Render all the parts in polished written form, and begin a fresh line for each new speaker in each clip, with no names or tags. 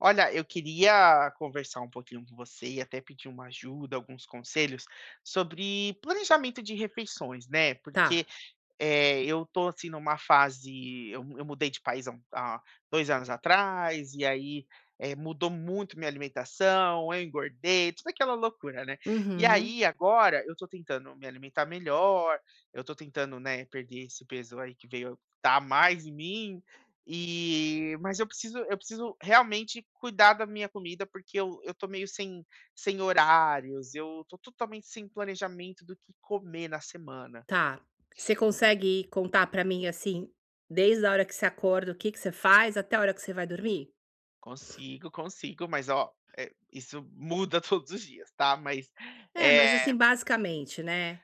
Olha, eu queria conversar um pouquinho com você e até pedir uma ajuda, alguns conselhos sobre planejamento de refeições, né?
Tá.
Porque eu tô, assim, numa fase eu mudei de país há 2 anos atrás, e aí, mudou muito minha alimentação, eu engordei, toda aquela loucura, né. E
Uhum.
aí, agora, eu tô tentando me alimentar melhor, eu tô tentando, né, perder esse peso aí que veio tá mais em mim, e mas eu preciso realmente cuidar da minha comida, porque eu tô meio sem horários, eu tô totalmente sem planejamento do que comer na semana.
Tá. Você consegue contar pra mim, assim, desde a hora que você acorda, o que que você faz até a hora que você vai dormir?
Consigo, consigo, mas ó, isso muda todos os dias, tá, mas,
É,
eh
mas assim, basicamente, né.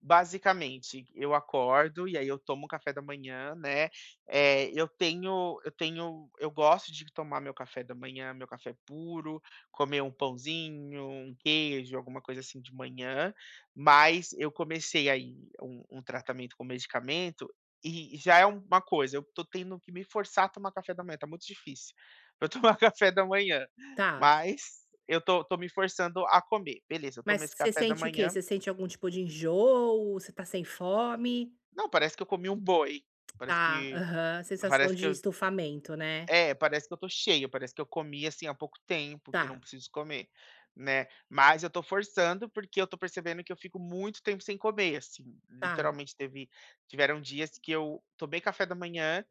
basicamente, eu acordo e aí eu tomo café da manhã, né, eu gosto de tomar meu café da manhã, meu café puro, comer um pãozinho, um queijo, alguma coisa assim de manhã, mas eu comecei aí um tratamento com medicamento e já é uma coisa, eu tô tendo que me forçar a tomar café da manhã, tá muito difícil pra eu tomar café da manhã,
Tá.
mas eu tô me forçando a comer. Beleza, eu tomo
Mas
esse
você
café da
sente o quê?
manhã.
Você sente algum tipo de enjoo? Você tá sem fome?
Não, parece que eu comi um boi. Parece
Tá.
que
Aham. Sensação
parece que
de
eu
estufamento, né.
Parece que eu tô cheio, parece que eu comi, assim, há pouco tempo, que não
Tá,
preciso comer, né. Mas eu tô forçando, porque eu tô percebendo que eu fico muito tempo sem comer, assim,
tá,
literalmente teve tiveram dias que eu tomei café da manhã,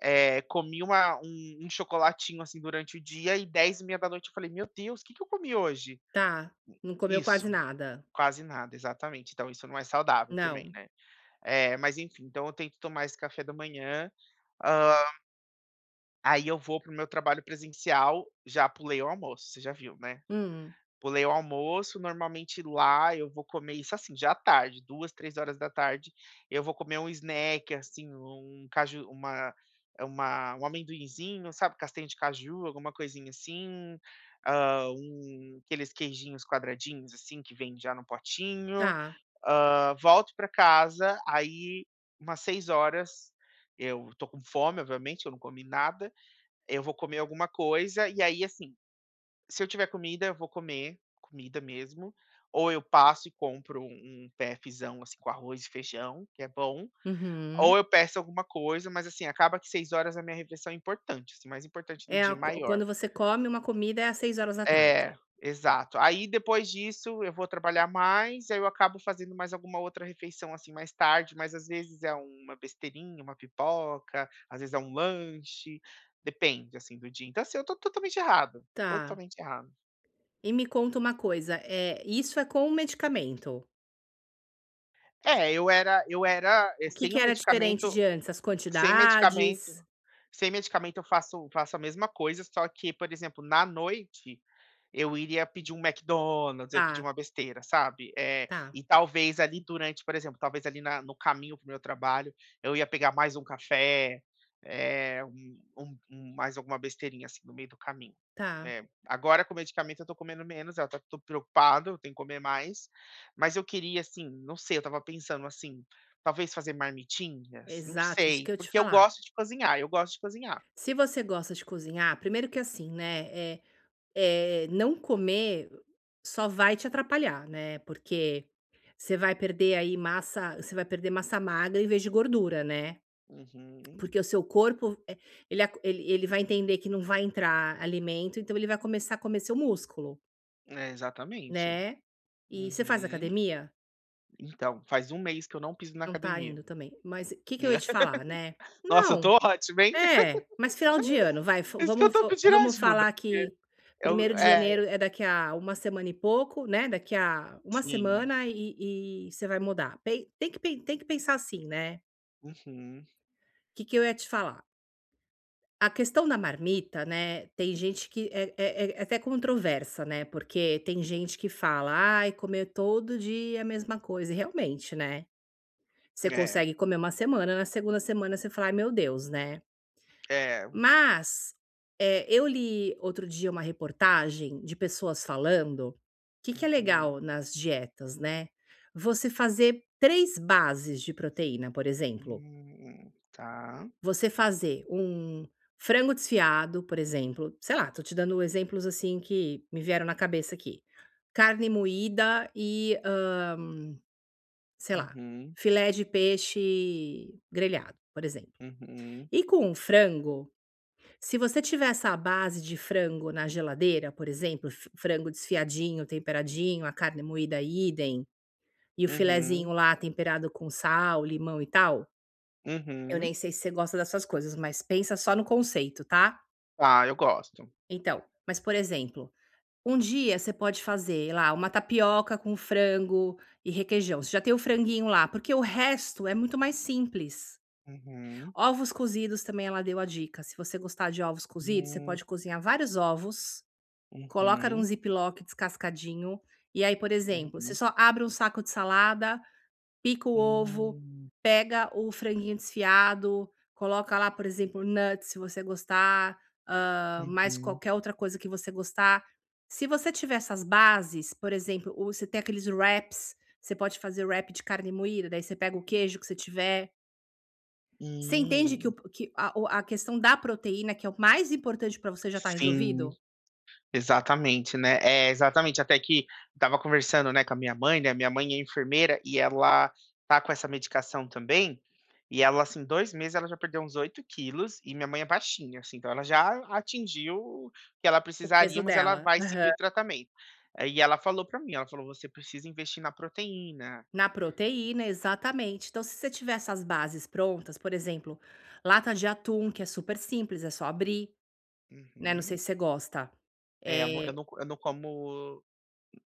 comi uma um um chocolatinho, assim, durante o dia e 10:30 da noite eu falei: "Meu Deus, o que que eu comi hoje?"
tá. Não comeu quase
Isso,
nada?
quase nada, exatamente. Então isso não é saudável também,
Não.
né. É, mas enfim, então eu tento tomar esse café da manhã, hã, aí eu vou pro meu trabalho presencial, já pulei o almoço, você já viu, né?
Hum.
Pulei o almoço, normalmente lá eu vou comer isso, assim, já à tarde, duas, três horas da tarde eu vou comer um snack, assim, um caju uma eh, uma um amendoinzinho, sabe, castanha de caju, alguma coisinha assim, aqueles queijinhos quadradinhos, assim, que vem já no potinho.
Tá.
Hã, volto para casa, aí umas seis horas eu tô com fome, obviamente, eu não comi nada, eu vou comer alguma coisa, e aí, assim, se eu tiver comida, eu vou comer comida mesmo, ou eu passo e compro um PFzão, assim, com arroz e feijão, que é bom, ou
Uhum.
eu peço alguma coisa, mas, assim, acaba que seis horas a minha refeição é importante, assim, mais importante do
É
dia,
a
maior.
quando você come uma comida é às seis horas da tarde.
É, exato. Aí depois disso eu vou trabalhar mais, aí eu acabo fazendo mais alguma outra refeição, assim, mais tarde, mas às vezes é uma besteirinha, uma pipoca, às vezes é um lanche, depende, assim, do dia. Então, assim, eu tô totalmente errado,
Tá.
totalmente errado.
E me conta uma coisa, é isso é com o medicamento.
É,
O que
sem
que
o
era diferente
medicamento
de antes? As
sem medicamento
quantidades?
sem medicamento eu faço a mesma coisa, só que, por exemplo, na noite, eu iria pedir um McDonald's, eu ia pedir
Tá,
uma besteira, sabe.
tá,
E talvez ali durante, por exemplo, talvez ali na no caminho para o meu trabalho, eu ia pegar mais um café, mais alguma besteirinha, assim, no meio do caminho.
tá.
É, agora com medicamento eu tô comendo menos, eu até tô preocupado, eu tenho que comer mais, mas eu queria, assim, não sei, eu estava pensando assim. Talvez fazer marmitinhas? Não
Exato, isso
sei,
que eu te
porque eu
falar.
gosto de cozinhar, eu gosto de cozinhar.
Se você gosta de cozinhar, primeiro que assim, né, é, é não comer só vai te atrapalhar, né, porque você vai perder aí massa você vai perder massa magra em vez de gordura, né.
Uhum.
Porque o seu corpo, ele ac ele ele vai entender que não vai entrar alimento, então ele vai começar a comer seu músculo.
É, exatamente.
Né. E você faz
Uhum.
academia?
Então, faz um mês que eu não piso na
Não tá
academia.
indo também. Mas o que que eu ia te falar, né.
Nossa, eu
Não,
tô ótimo, hein.
é, mas final de ano, vai,
Por isso que eu tô
fa
pedindo
vamos
ajuda,
falar
porque
que
eu
primeiro de
é,
janeiro é daqui a uma semana e pouco, né, daqui a uma
sim.
semana e você vai mudar. Pen Tem que pen tem que pensar assim, né.
Uhum.
O que que eu ia te falar? A questão da marmita, né, tem gente que é até controversa, né, porque tem gente que fala: "Ai, comer todo dia é a mesma coisa", e realmente, né. Você
É,
consegue comer uma semana, na segunda semana você fala: "Ai, meu Deus", né.
é.
Mas, eu li outro dia uma reportagem de pessoas falando, o que que é
Uhum.
legal nas dietas, né. Você fazer 3 bases de proteína, por exemplo.
Tá.
Você fazer um frango desfiado, por exemplo, sei lá, tô te dando exemplos, assim, que me vieram na cabeça aqui. Carne moída e, sei lá,
Uhum,
filé de peixe grelhado, por exemplo.
uhum,
E com o frango, se você tiver essa base de frango na geladeira, por exemplo, f frango desfiadinho, temperadinho, a carne moída idem, e o filezinho
uhum,
lá temperado com sal, limão e tal, eu
uhum.
nem sei se você gosta dessas coisas, mas pensa só no conceito, tá.
Ah, eu gosto.
Então, mas por exemplo, um dia você pode fazer lá uma tapioca com frango e requeijão, você já tem o franguinho lá, porque o resto é muito mais simples.
Uhum.
Ovos cozidos também ela deu a dica, se você gostar de ovos cozidos, você
Hum.
pode cozinhar vários ovos, coloca num
Uhum,
ziplock descascadinho, e aí, por exemplo, você
uhum.
só abre um saco de salada, pica o ovo,
Hum.
pega o franguinho desfiado, coloca lá, por exemplo, nuts se você gostar, mais
Uhum.
qualquer outra coisa que você gostar. Se você tiver essas bases, por exemplo, o você tem aqueles wraps, você pode fazer wrap de carne moída, daí você pega o queijo que você tiver. Você entende que o
Hum.
que a o a questão da proteína, que é o mais importante para você, já tá
Sim,
resolvido?
exatamente, né. É, exatamente, até que estava conversando, né, com a minha mãe, né, minha mãe é enfermeira e ela tá com essa medicação também, e ela, assim, 2 meses ela já perdeu uns 8 quilos e minha mãe é baixinha, assim, então ela já atingiu o que ela
O
precisaria,
peso
mas ela
dela.
vai
Aham.
seguir o tratamento. E ela falou pra mim, ela falou: "Você precisa investir na proteína".
Na proteína, exatamente. Então, se você tiver essas bases prontas, por exemplo, lata de atum, que é super simples, é só abrir, né, não
Uhum.
sei se você gosta.
É,
Eh,
eu não como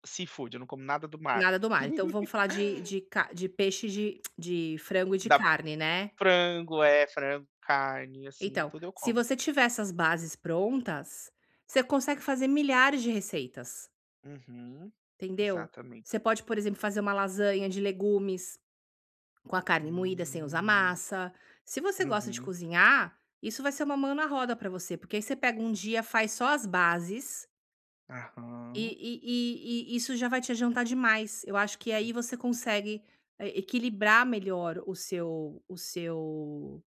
seafood, eu não como nada do mar.
nada do mar. Então vamos falar de peixe, de frango e de
Da
carne, né.
Frango, é, frango, carne, assim,
Então,
tudo eu
se
como.
você tiver essas bases prontas, você consegue fazer milhares de receitas.
Uhum,
Entendeu?
exatamente.
Você pode, por exemplo, fazer uma lasanha de legumes com a carne moída sem usar
Hum,
massa. Se você gosta de
uhum,
cozinhar, isso vai ser uma mão na roda para você, porque aí você pega um dia, faz só as bases e,
aham,
e isso já vai te adiantar demais. Eu acho que aí você consegue equilibrar melhor o seu,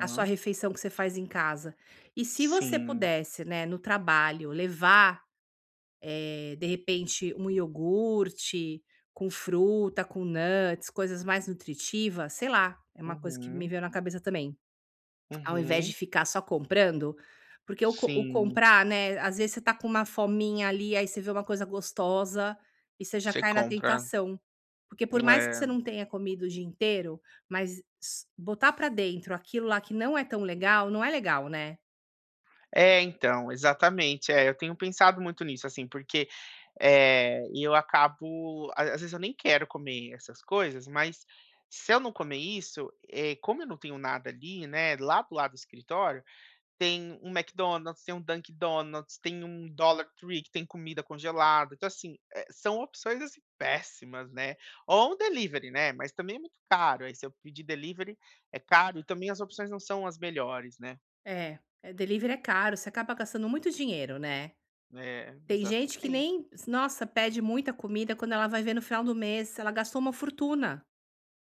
a sua refeição que você faz em casa. E se você
sim,
pudesse, né, no trabalho levar, de repente, um iogurte com fruta, com nuts, coisas mais nutritivas, sei lá, é uma coisa que me
uhum,
veio na cabeça também. Ao invés de
uhum,
ficar só comprando, porque o
sim,
comprar, né, às vezes você tá com uma fominha ali, aí você vê uma coisa gostosa e você já
você
cai na
compra.
tentação. Porque por mais que você
É.
não tenha comido o dia inteiro, mas s botar pra dentro aquilo lá que não é tão legal, não é legal, né.
É, então, exatamente, é, eu tenho pensado muito nisso, assim, porque, eu acabo a às vezes eu nem quero comer essas coisas, mas se eu não comer isso, como eu não tenho nada ali, né, lá do lado do escritório tem um McDonald's, tem um Dunkin' Donuts, tem um Dollar Tree que tem comida congelada. Então, assim, são opções assim, péssimas, né? Ou um delivery, né? Mas também é muito caro. Aí, se eu pedir delivery, é caro e também as opções não são as melhores, né?
É, delivery é caro, você acaba gastando muito dinheiro, né.
É,
Tem gente que
exatamente.
nem nossa, pede muita comida, quando ela vai ver no final do mês, ela gastou uma fortuna.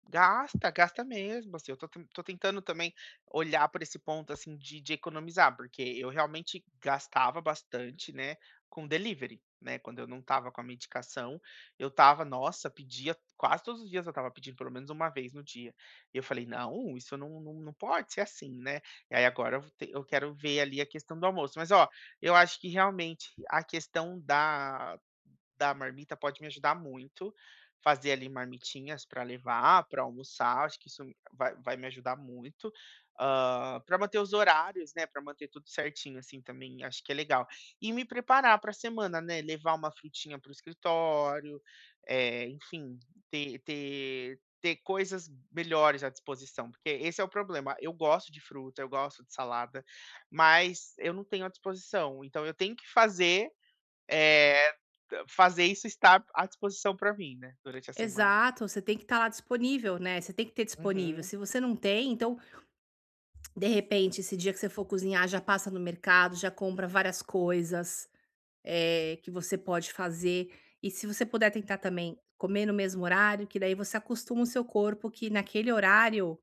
Gasta, gasta mesmo, assim, eu tô ten tô tentando também olhar por esse ponto, assim, de economizar, porque eu realmente gastava bastante, né, com delivery, né, quando eu não tava com a medicação, eu tava nossa, pedia quase todos os dias eu tava pedindo pelo menos uma vez no dia. E eu falei: "Não, isso não pode ser assim, né". E aí agora eu quero ver ali a questão do almoço. Mas ó, eu acho que realmente a questão da marmita pode me ajudar muito, fazer ali marmitinhas para levar, para almoçar, acho que isso vai me ajudar muito, para manter os horários, né, para manter tudo certinho, assim, também acho que é legal. E me preparar para a semana, né, levar uma frutinha para o escritório, enfim, ter coisas melhores à disposição, porque esse é o problema, eu gosto de fruta, eu gosto de salada, mas eu não tenho à disposição, então eu tenho que fazer, eh, fazer isso estar à disposição para mim, né, durante a semana.
Exato, você tem que estar lá disponível, né, você tem que ter disponível.
Uhum,
Se você não tem, então, de repente, esse dia que você for cozinhar, já passa no mercado, já compra várias coisas, que você pode fazer. E se você puder tentar também comer no mesmo horário, que daí você acostuma o seu corpo que naquele horário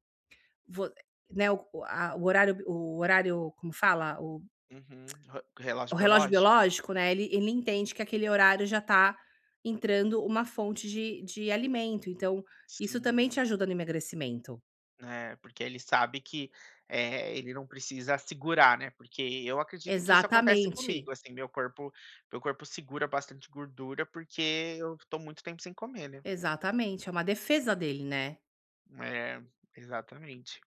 vo né, o horário, como fala?
uhum. Re
O
Relógio
relógio
biológico?
biológico, né, ele entende que aquele horário já está entrando uma fonte de alimento, então isso também te
Sim,
ajuda no emagrecimento.
né, porque ele sabe que, ele não precisa segurar, né, porque eu acredito que isso acontece comigo,
Exatamente,
assim, meu corpo segura bastante gordura, porque eu tô muito tempo sem comer, né.
exatamente, é uma defesa dele, né.
É, exatamente.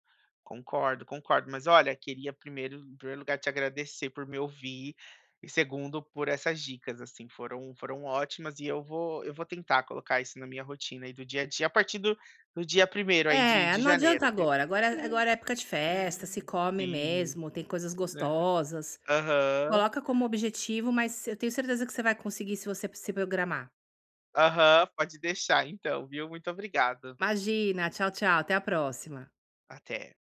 Concordo, concordo. Mas olha, queria primeiro, em primeiro lugar, te agradecer por me ouvir e segundo por essas dicas, assim, foram ótimas e eu vou tentar colocar isso na minha rotina aí do dia a dia, a partir do dia primeiro aí de,
É,
de
não adianta
janeiro, viu?
agora, agora é época de festa, se come
Sim.
mesmo, tem coisas
Né?
gostosas.
Aham,
Coloca como objetivo, mas eu tenho certeza que você vai conseguir se você se programar.
aham, pode deixar então, viu? Muito obrigado.
Imagina, tchau, tchau, até a próxima.
Até.